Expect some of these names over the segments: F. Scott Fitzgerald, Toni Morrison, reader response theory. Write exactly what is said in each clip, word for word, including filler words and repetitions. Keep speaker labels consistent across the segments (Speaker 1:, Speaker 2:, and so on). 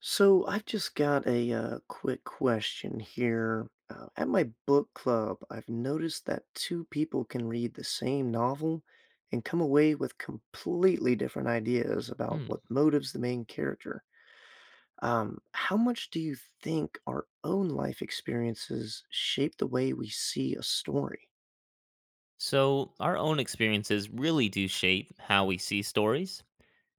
Speaker 1: So I've just got a uh, quick question here. Uh, at my book club, I've noticed that two people can read the same novel and come away with completely different ideas about
Speaker 2: Hmm.
Speaker 1: what motives the main character. Um, how much do you think our own life experiences shape the way we see a story?
Speaker 2: So, our own experiences really do shape how we see stories.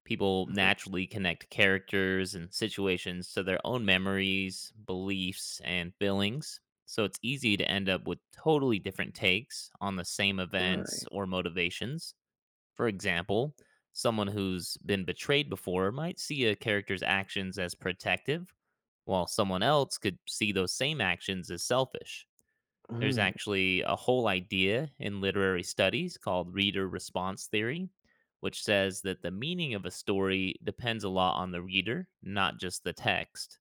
Speaker 2: People
Speaker 1: Mhm.
Speaker 2: naturally connect characters and situations to their own memories, beliefs, and feelings. So, it's easy to end up with totally different takes on the same events
Speaker 1: Right.
Speaker 2: or motivations. For example, someone who's been betrayed before might see a character's actions as protective, while someone else could see those same actions as selfish. There's
Speaker 1: Mm.
Speaker 2: actually a whole idea in literary studies called reader response theory, which says that the meaning of a story depends a lot on the reader, not just the text.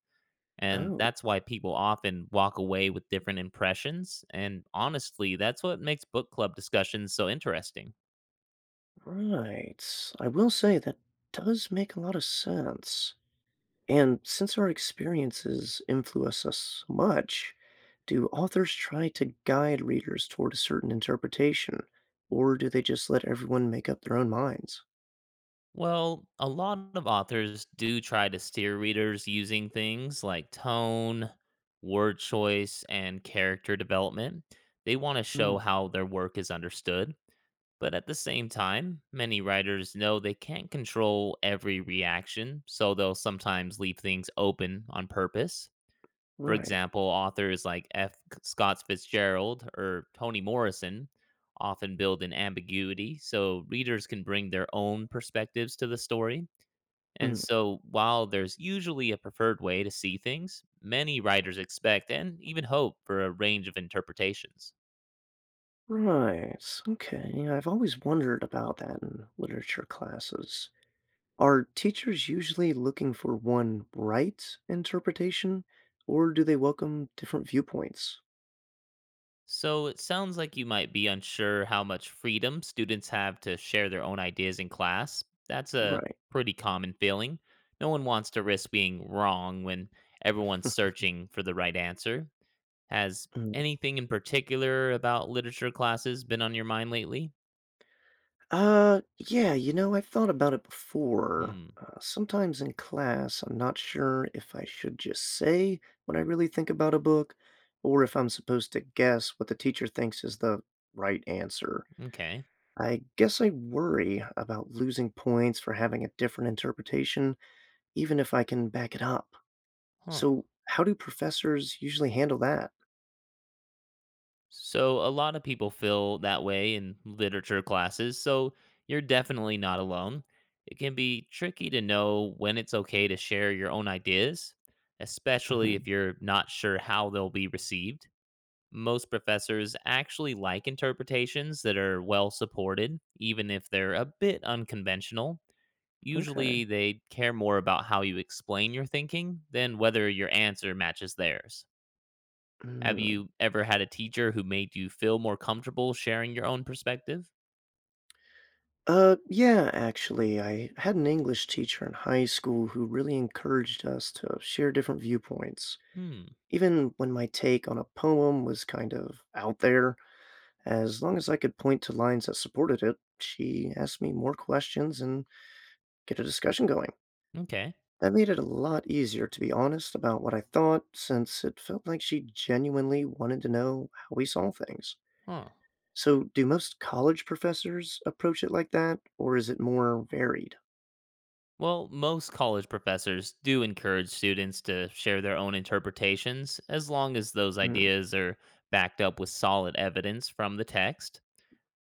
Speaker 2: And
Speaker 1: Oh,
Speaker 2: that's why people often walk away with different impressions. And honestly, that's what makes book club discussions so interesting.
Speaker 1: right. I will say that does make a lot of sense. And since our experiences influence us so much, do authors try to guide readers toward a certain interpretation, or do they just let everyone make up their own minds?
Speaker 2: Well, a lot of authors do try to steer readers using things like tone, word choice, and character development. They want to
Speaker 1: Mm,
Speaker 2: show how their work is understood. But at the same time, many writers know they can't control every reaction, so they'll sometimes leave things open on purpose. For
Speaker 1: right.
Speaker 2: example, authors like F. Scott Fitzgerald or Toni Morrison often build in ambiguity so readers can bring their own perspectives to the story. And
Speaker 1: Mm,
Speaker 2: so, while there's usually a preferred way to see things, many writers expect and even hope for a range of interpretations.
Speaker 1: right. Okay. I've always wondered about that in literature classes. Are teachers usually looking for one right interpretation, or do they welcome different viewpoints?
Speaker 2: So it sounds like you might be unsure how much freedom students have to share their own ideas in class. That's a
Speaker 1: Right.
Speaker 2: pretty common feeling. No one wants to risk being wrong when everyone's searching for the right answer. Has anything in particular about literature classes been on your mind lately?
Speaker 1: Uh, yeah, you know, I've thought about it before.
Speaker 2: Hmm,
Speaker 1: Uh, sometimes in class, I'm not sure if I should just say what I really think about a book, or if I'm supposed to guess what the teacher thinks is the right answer.
Speaker 2: okay.
Speaker 1: I guess I worry about losing points for having a different interpretation, even if I can back it up.
Speaker 2: Huh.
Speaker 1: So, how do professors usually handle that?
Speaker 2: So, a lot of people feel that way in literature classes, so you're definitely not alone. It can be tricky to know when it's okay to share your own ideas, especially if
Speaker 1: Hmm.
Speaker 2: you're not sure how they'll be received. Most professors actually like interpretations that are well supported, even if they're a bit unconventional.
Speaker 1: Okay.
Speaker 2: Usually, they care more about how you explain your thinking than whether your answer matches theirs. Have
Speaker 1: Mm.
Speaker 2: you ever had a teacher who made you feel more comfortable sharing your own perspective?
Speaker 1: Uh, yeah, actually, I had an English teacher in high school who really encouraged us to share different viewpoints.
Speaker 2: Hmm.
Speaker 1: Even when my take on a poem was kind of out there, as long as I could point to lines that supported it, she asked me more questions and get a discussion going.
Speaker 2: Okay.
Speaker 1: That made it a lot easier to be honest about what I thought, since it felt like she genuinely wanted to know how we saw things.
Speaker 2: Huh.
Speaker 1: So, do most college professors approach it like that, or is it more varied?
Speaker 2: Well, most college professors do encourage students to share their own interpretations as long as those ideas are backed up with solid evidence from the text.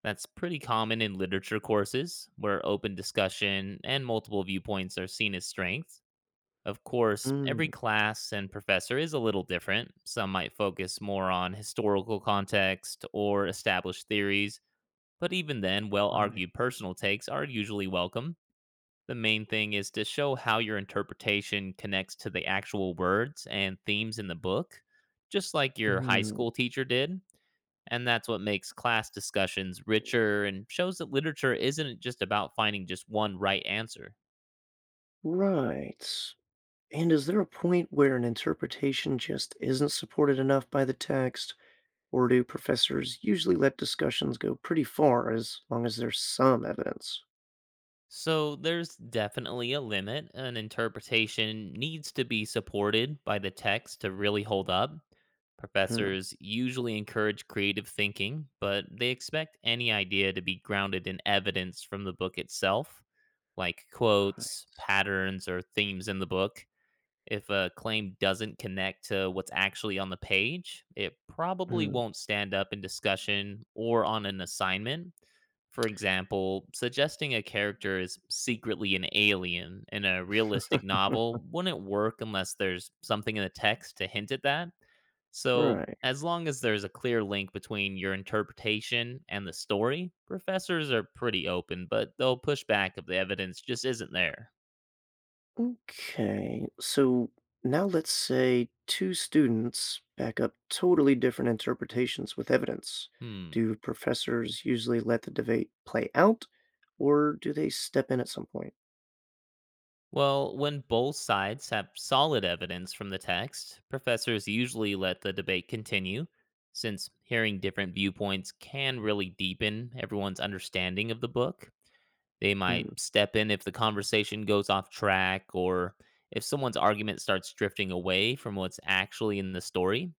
Speaker 2: That's pretty common in literature courses, where open discussion and multiple viewpoints are seen as strengths. Of course, every
Speaker 1: Mm,
Speaker 2: class and professor is a little different. Some might focus more on historical context or established theories, but even then, well
Speaker 1: right.
Speaker 2: argued personal takes are usually welcome. The main thing is to show how your interpretation connects to the actual words and themes in the book, just like your high
Speaker 1: Mm,
Speaker 2: school teacher did. And that's what makes class discussions richer and shows that literature isn't just about finding just one right answer.
Speaker 1: right. And is there a point where an interpretation just isn't supported enough by the text, or do professors usually let discussions go pretty far as long as there's some evidence?
Speaker 2: So there's definitely a limit. An interpretation needs to be supported by the text to really hold up.
Speaker 1: Mm,
Speaker 2: Professors usually encourage creative thinking, but they expect any idea to be grounded in evidence from the book itself, like
Speaker 1: right.
Speaker 2: quotes, patterns, or themes in the book. If a claim doesn't connect to what's actually on the page, it probably
Speaker 1: Mm.
Speaker 2: won't stand up in discussion or on an assignment. For example, suggesting a character is secretly an alien in a realistic novel wouldn't work unless there's something in the text to hint at that. So,
Speaker 1: Right.
Speaker 2: as long as there's a clear link between your interpretation and the story, professors are pretty open, but they'll push back if the evidence just isn't there.
Speaker 1: Okay. So now let's say two students back up totally different interpretations with evidence.
Speaker 2: Hmm.
Speaker 1: Do professors usually let the debate play out, or do they step in at some point?
Speaker 2: Well, when both sides have solid evidence from the text, professors usually let the debate continue, since hearing different viewpoints can really deepen everyone's understanding of the book. They might
Speaker 1: Mm,
Speaker 2: step in if the conversation goes off track or if someone's argument starts drifting away from what's actually in the story,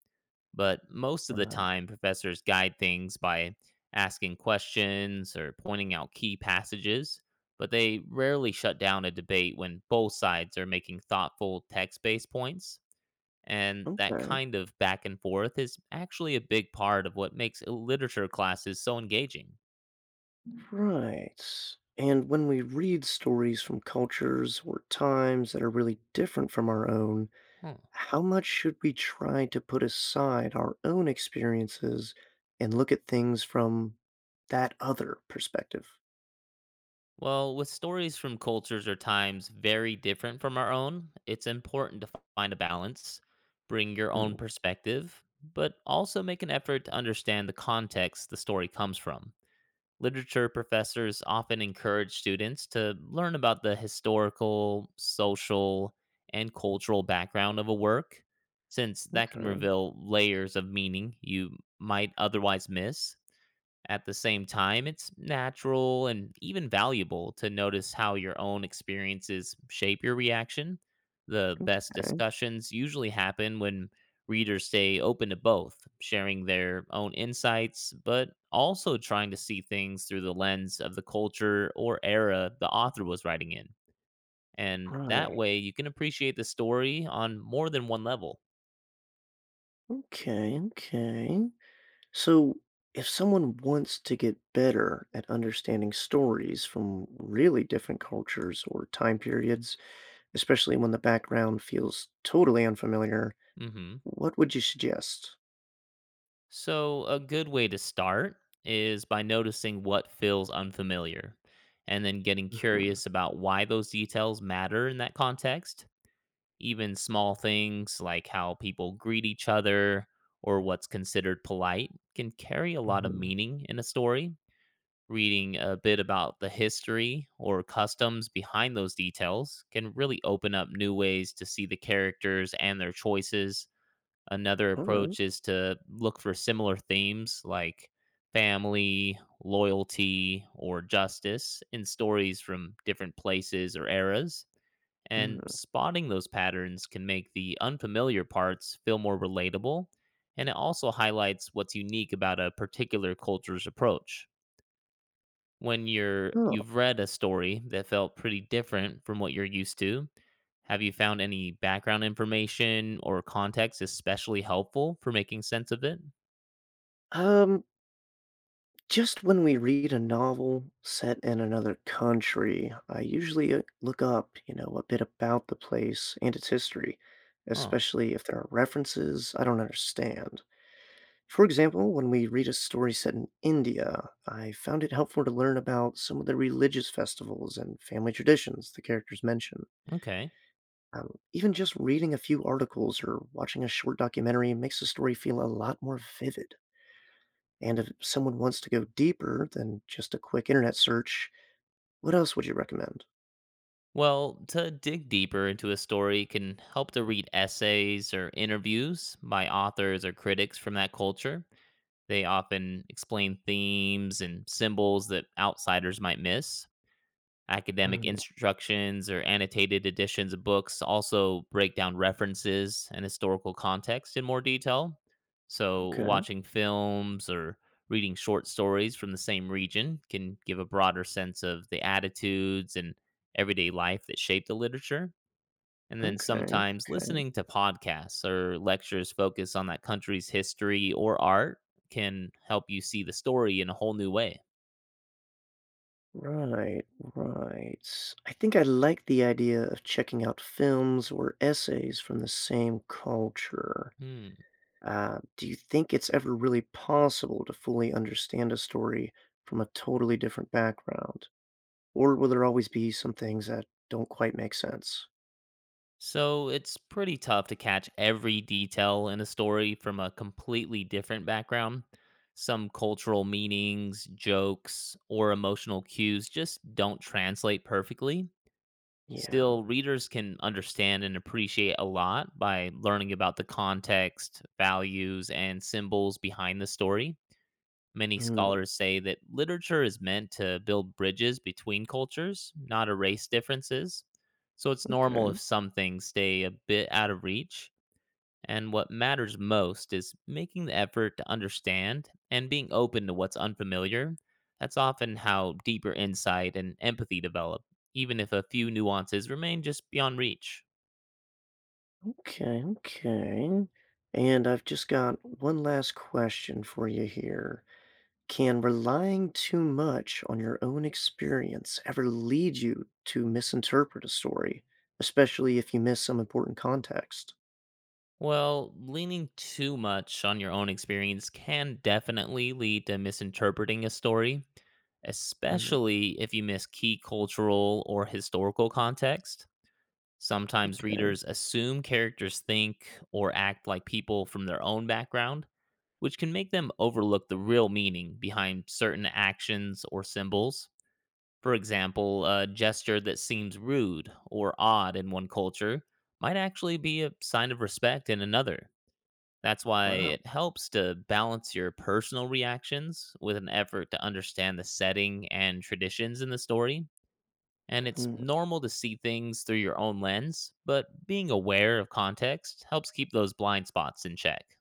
Speaker 2: but most of the
Speaker 1: right.
Speaker 2: time, professors guide things by asking questions or pointing out key passages, but they rarely shut down a debate when both sides are making thoughtful text based points. And that
Speaker 1: Okay.
Speaker 2: kind of back and forth is actually a big part of what makes literature classes so engaging.
Speaker 1: Right. And when we read stories from cultures or times that are really different from our own,
Speaker 2: Hmm.
Speaker 1: how much should we try to put aside our own experiences and look at things from that other perspective?
Speaker 2: Well, with stories from cultures or times very different from our own, it's important to find a balance, bring your
Speaker 1: Mm.
Speaker 2: own perspective, but also make an effort to understand the context the story comes from. Literature professors often encourage students to learn about the historical, social, and cultural background of a work, since that can
Speaker 1: Okay.
Speaker 2: reveal layers of meaning you might otherwise miss. At the same time, it's natural and even valuable to notice how your own experiences shape your reaction. The best
Speaker 1: Okay.
Speaker 2: discussions usually happen when readers stay open to both, sharing their own insights, but also trying to see things through the lens of the culture or era the author was writing in. And that
Speaker 1: Right.
Speaker 2: way, you can appreciate the story on more than one level.
Speaker 1: Okay. Okay. So, if someone wants to get better at understanding stories from really different cultures or time periods, especially when the background feels totally unfamiliar,
Speaker 2: Hmm.
Speaker 1: what would you suggest?
Speaker 2: So, a good way to start is by noticing what feels unfamiliar and then getting
Speaker 1: Mhm,
Speaker 2: curious about why those details matter in that context. Even small things like how people greet each other or what's considered polite can carry a lot of
Speaker 1: mhm.
Speaker 2: meaning in a story. Reading a bit about the history or customs behind those details can really open up new ways to see the characters and their choices. Another
Speaker 1: Alright,
Speaker 2: approach is to look for similar themes like family, loyalty, or justice in stories from different places or eras. And
Speaker 1: mm.
Speaker 2: spotting those patterns can make the unfamiliar parts feel more relatable. And it also highlights what's unique about a particular culture's approach. When you're
Speaker 1: Oh,
Speaker 2: you've read a story that felt pretty different from what you're used to, have you found any background information or context especially helpful for making sense of it?
Speaker 1: um, just when we read a novel set in another country, I usually, uh, look up, you know, a bit about the place and its history,
Speaker 2: Oh,
Speaker 1: especially if there are references I don't understand. For example, when we read a story set in India, I found it helpful to learn about some of the religious festivals and family traditions the characters mention.
Speaker 2: okay.
Speaker 1: Um, even just reading a few articles or watching a short documentary makes the story feel a lot more vivid. And if someone wants to go deeper than just a quick internet search, what else would you recommend?
Speaker 2: Well, to dig deeper into a story can help to read essays or interviews by authors or critics from that culture. They often explain themes and symbols that outsiders might miss. Academic
Speaker 1: Mm,
Speaker 2: instructions or annotated editions of books also break down references and historical context in more detail. So,
Speaker 1: okay,
Speaker 2: watching films or reading short stories from the same region can give a broader sense of the attitudes and everyday life that shaped the literature. And then
Speaker 1: okay,
Speaker 2: sometimes
Speaker 1: okay.
Speaker 2: listening to podcasts or lectures focused on that country's history or art can help you see the story in a whole new way.
Speaker 1: Right, right. I think I like the idea of checking out films or essays from the same culture.
Speaker 2: Hmm.
Speaker 1: Uh, do you think it's ever really possible to fully understand a story from a totally different background? Or will there always be some things that don't quite make sense?
Speaker 2: So it's pretty tough to catch every detail in a story from a completely different background. Some cultural meanings, jokes, or emotional cues just don't translate perfectly.
Speaker 1: Yeah.
Speaker 2: Still, readers can understand and appreciate a lot by learning about the context, values, and symbols behind the story. Many
Speaker 1: Mm,
Speaker 2: scholars say that literature is meant to build bridges between cultures, not erase differences. So it's normal
Speaker 1: okay,
Speaker 2: if some things stay a bit out of reach. And what matters most is making the effort to understand and being open to what's unfamiliar. That's often how deeper insight and empathy develop, even if a few nuances remain just beyond reach.
Speaker 1: okay, okay. And I've just got one last question for you here. Can relying too much on your own experience ever lead you to misinterpret a story, especially if you miss some important context?
Speaker 2: Well, leaning too much on your own experience can definitely lead to misinterpreting a story,
Speaker 1: Mm.
Speaker 2: especially if you miss key cultural or historical context. Sometimes
Speaker 1: Okay.
Speaker 2: readers assume characters think or act like people from their own background, which can make them overlook the real meaning behind certain actions or symbols. For example, a gesture that seems rude or odd in one culture might actually be a sign of respect in another. That's why
Speaker 1: Wow.
Speaker 2: it helps to balance your personal reactions with an effort to understand the setting and traditions in the story. And it's
Speaker 1: Mm.
Speaker 2: normal to see things through your own lens, but being aware of context helps keep those blind spots in check.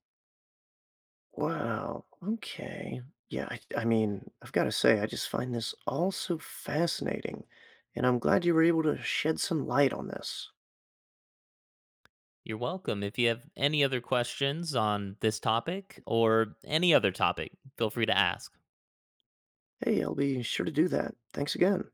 Speaker 1: Wow. Okay. Yeah, I, I mean, I've got to say, I just find this all so fascinating, and I'm glad you were able to shed some light on this.
Speaker 2: You're welcome. If you have any other questions on this topic or any other topic, feel free to ask.
Speaker 1: Hey, I'll be sure to do that. Thanks again.